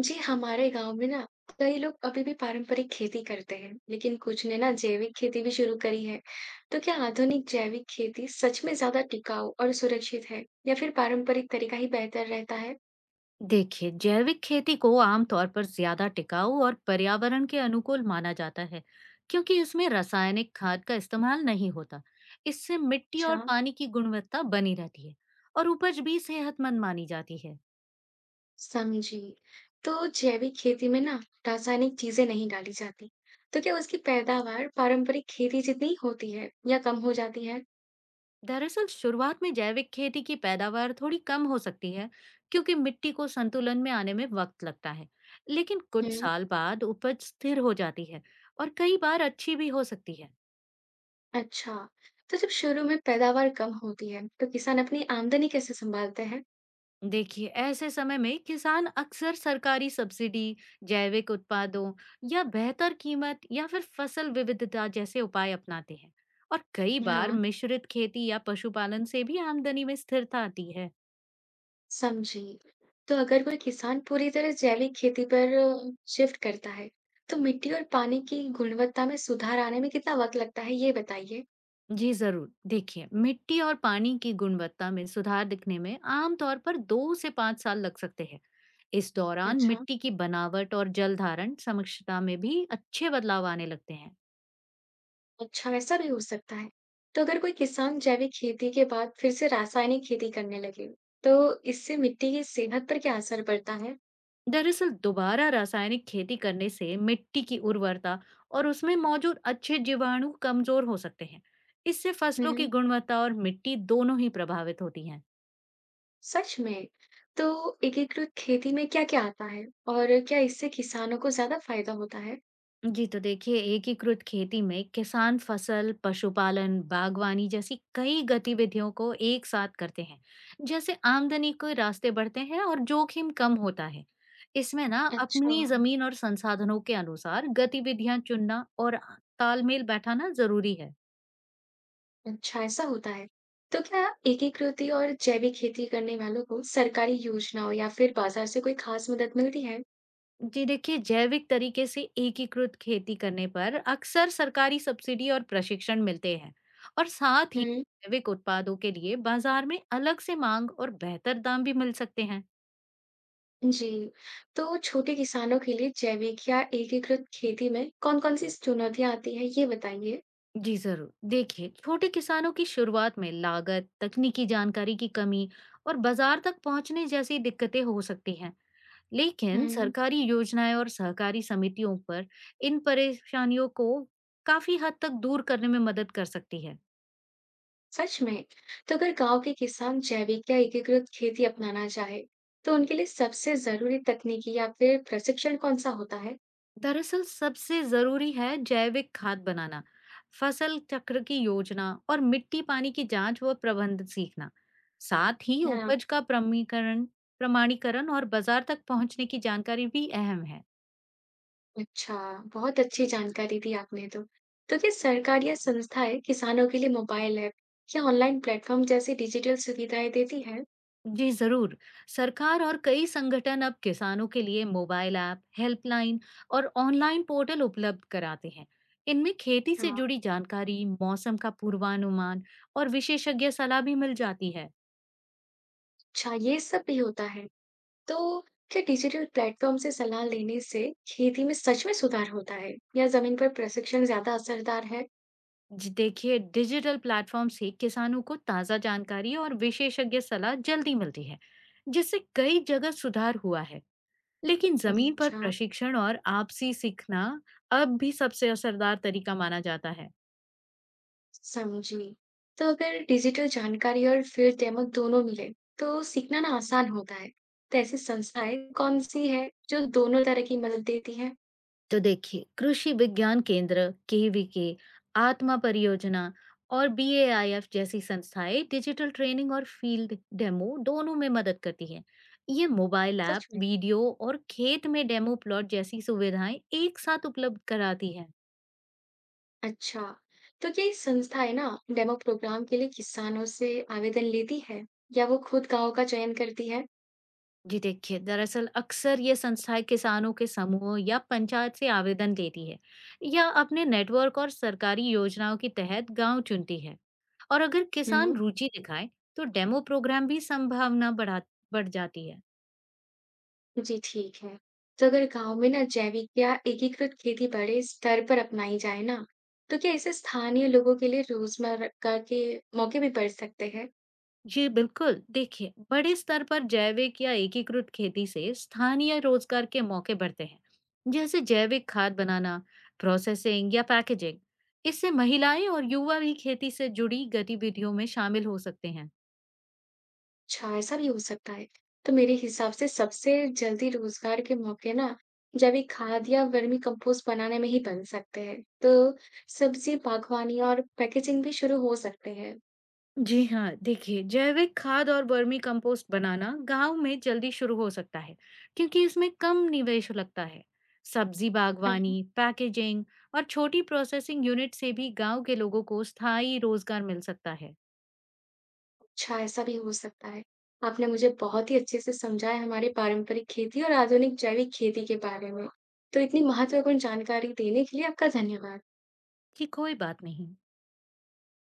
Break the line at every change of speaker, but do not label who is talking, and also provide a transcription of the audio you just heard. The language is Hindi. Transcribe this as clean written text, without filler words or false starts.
जी, हमारे गांव में ना कई लोग अभी भी पारंपरिक खेती करते हैं, लेकिन कुछ ने ना जैविक खेती भी शुरू करी है। तो क्या आधुनिक जैविक खेती सच में ज्यादा टिकाऊ और सुरक्षित है, या फिर पारंपरिक तरीका ही बेहतर रहता है?
देखिए जैविक खेती को आमतौर पर ज्यादा टिकाऊ और पर्यावरण के अनुकूल माना जाता है, क्योंकि इसमें रासायनिक खाद का इस्तेमाल नहीं होता। इससे मिट्टी और
अच्छा,
पानी की गुणवत्ता बनी रहती है, और उपज भी सेहतमंद मानी जाती है।
समझी। तो जैविक खेती में ना रासायनिक चीजें नहीं डाली जाती। तो क्या उसकी पैदावार पारंपरिक खेती जितनी होती है, या कम हो जाती है?
दरअसल शुरुआत में जैविक खेती की पैदावार थोड़ी कम हो सकती है, क्योंकि मिट्टी को संतुलन में आने में वक्त लगता है। लेकिन कुछ
हम्म,
साल बाद उपज स्थिर हो जाती है, और कई बार अच्छी भी हो सकती है।
अच्छा। तो जब शुरू में पैदावार कम होती है, तो किसान अपनी आमदनी कैसे संभालते हैं?
देखिए ऐसे समय में किसान अक्सर सरकारी सब्सिडी, जैविक उत्पादों या बेहतर कीमत या फिर फसल विविधता जैसे उपाय अपनाते हैं, और कई बार
हाँ,
मिश्रित खेती या पशुपालन से भी आमदनी में स्थिरता आती है।
समझी। तो अगर कोई किसान पूरी तरह जैविक खेती पर शिफ्ट करता है, तो मिट्टी और पानी की गुणवत्ता में सुधार आने में कितना वक़्त लगता है, ये बताइए?
जी जरूर, देखिए मिट्टी और पानी की गुणवत्ता में सुधार दिखने में आमतौर पर 2 से 5 साल लग सकते हैं। इस दौरान
अच्छा
मिट्टी की बनावट और जल धारण समक्षता में भी अच्छे बदलाव आने लगते हैं।
अच्छा, वैसा भी हो सकता है। तो अगर कोई किसान जैविक खेती के बाद फिर से रासायनिक खेती करने लगे, तो इससे मिट्टी की सेहत पर क्या असर पड़ता है?
दरअसल दोबारा रासायनिक खेती करने से मिट्टी की उर्वरता और उसमें मौजूद अच्छे जीवाणु कमजोर हो सकते हैं। इससे फसलों की
हुँ,
गुणवत्ता और मिट्टी दोनों ही प्रभावित होती हैं।
सच में? तो एकीकृत खेती में क्या-क्या आता है और क्या इससे किसानों को ज़्यादा फायदा होता है?
जी, तो देखिए एकीकृत खेती में किसान फसल पशुपालन बागवानी जैसी कई गतिविधियों को एक साथ करते हैं। जैसे आमदनी के रास्ते बढ़ते हैं और जोखिम कम होता है। इसमें ना
अच्छा।
अपनी जमीन और संसाधनों के अनुसार गतिविधियां चुनना और तालमेल बैठाना जरूरी है।
अच्छा ऐसा होता है। तो क्या एकीकृत और जैविक खेती करने वालों को सरकारी योजनाओं या फिर बाजार से कोई खास मदद मिलती है?
जी देखिए, जैविक तरीके से एकीकृत खेती करने पर अक्सर सरकारी सब्सिडी और प्रशिक्षण मिलते हैं, और साथ ही
हुँ,
जैविक उत्पादों के लिए बाजार में अलग से मांग और बेहतर दाम भी मिल सकते हैं।
जी। तो छोटे किसानों के लिए जैविक या एकीकृत खेती में कौन-कौन सी चुनौतियाँ आती हैं ये बताइए?
जी जरूर। देखिए, छोटे किसानों की शुरुआत में लागत, तकनीकी जानकारी की कमी और बाजार तक पहुंचने जैसी दिक्कतें हो सकती हैं। लेकिन
हुँ,
सरकारी योजनाएं और सहकारी समितियों पर इन परेशानियों को काफी हद तक दूर करने में मदद कर सकती है।
सच में? तो अगर गाँव के किसान जैविक या एकीकृत खेती अपनाना चाहे, तो उनके लिए सबसे ज़रूरी तकनीकी या फिर प्रशिक्षण कौन-सा होता है?
दरअसल सबसे जरूरी है जैविक खाद बनाना, फसल चक्र की योजना और मिट्टी पानी की जांच व प्रबंधन सीखना। साथ ही
हाँ।
उपज का प्रमीकरण, प्रमाणीकरण और बाजार तक पहुंचने की जानकारी भी अहम है।
अच्छा, बहुत अच्छी जानकारी दी आपने तो। तो क्या सरकार या संस्थाएँ किसानों के लिए मोबाइल ऐप या ऑनलाइन प्लेटफ़ॉर्म जैसी डिजिटल सुविधाएँ देती हैं?
जी जरूर, सरकार और कई संगठन अब किसानों के लिए मोबाइल ऐप, हेल्पलाइन और ऑनलाइन पोर्टल उपलब्ध कराते हैं। इनमें खेती से
हाँ।
जुड़ी जानकारी, मौसम का पूर्वानुमान और विशेषज्ञ सलाह भी मिल जाती है।
अच्छा, ये सब भी होता है। तो क्या डिजिटल प्लेटफ़ॉर्म से सलाह लेने से खेती में सच में सुधार होता है या ज़मीन पर प्रशिक्षण ज़्यादा असरदार है?
जी देखिए, डिजिटल प्लेटफॉर्म से किसानों को ताज़ा जानकारी और विशेषज्ञ सलाह जल्दी मिलती है, जिससे कई जगह सुधार हुआ है। लेकिन जमीन पर
अच्छा,
प्रशिक्षण और आपसी सीखना अब भी सबसे असरदार तरीका माना जाता है।
समझी। तो अगर डिजिटल जानकारी और फील्ड डेमो दोनों मिले, तो सीखना ना आसान होता है। तो ऐसी संस्थाएँ कौन-सी हैं जो दोनों तरह की मदद देती हैं?
तो देखिए कृषि विज्ञान केंद्र केवीके, आत्मा परियोजना और बीएआईएफ जैसी संस्थाएं डिजिटल ट्रेनिंग और फील्ड डेमो दोनों में मदद करती हैं। ये मोबाइल ऐप
सच में?
वीडियो और खेत में डेमो प्लॉट जैसी सुविधाएं एक साथ उपलब्ध कराती हैं।
अच्छा, तो क्या ये संस्थाएँ ना डेमो प्रोग्राम के लिए किसानों से आवेदन लेती है या वो खुद गाँव का चयन करती है?
जी देखिए, दरअसल अक्सर ये संस्थाएँ किसानों के समूह या पंचायत से आवेदन लेती है, या अपने नेटवर्क और सरकारी योजनाओं के तहत गांव चुनती है। और अगर किसान
हुँ,
रुचि दिखाए तो डेमो प्रोग्राम भी संभावना बढ़ जाती है।
जी, ठीक है। तो अगर गाँव में ना जैविक या एकीकृत खेती बड़े स्तर पर अपनाई जाए ना, तो क्या इसे स्थानीय लोगों के लिए रोजमर्रा का के मौके भी बढ़ सकते हैं?
जी बिल्कुल, देखिए बड़े स्तर पर जैविक या एकीकृत खेती से स्थानीय रोजगार के मौके बढ़ते हैं, जैसे जैविक खाद बनाना, प्रोसेसिंग या पैकेजिंग। इससे महिलाएं और युवा भी खेती से जुड़ी गतिविधियों में शामिल हो सकते हैं।
अच्छा, ऐसा भी हो सकता है। तो मेरे हिसाब से सबसे जल्दी रोजगार के मौके ना जैविक खाद या वर्मी कंपोस्ट बनाने में ही बन सकते हैं। तो सब्जी बागवानी और पैकेजिंग भी शुरू हो सकते हैं।
जी हाँ, देखिए जैविक खाद और वर्मी कंपोस्ट बनाना गांव में जल्दी शुरू हो सकता है, क्योंकि इसमें कम निवेश लगता है। सब्जी
हाँ,
बागवानी पैकेजिंग और छोटी प्रोसेसिंग यूनिट से भी गांव के लोगों को स्थायी रोजगार मिल सकता है।
अच्छा, ऐसा भी हो सकता है। आपने मुझे बहुत ही अच्छे से समझाया हमारे पारंपरिक खेती और आधुनिक जैविक खेती के बारे में। तो इतनी महत्वपूर्ण जानकारी देने के लिए आपका धन्यवाद।
कि कोई बात नहीं।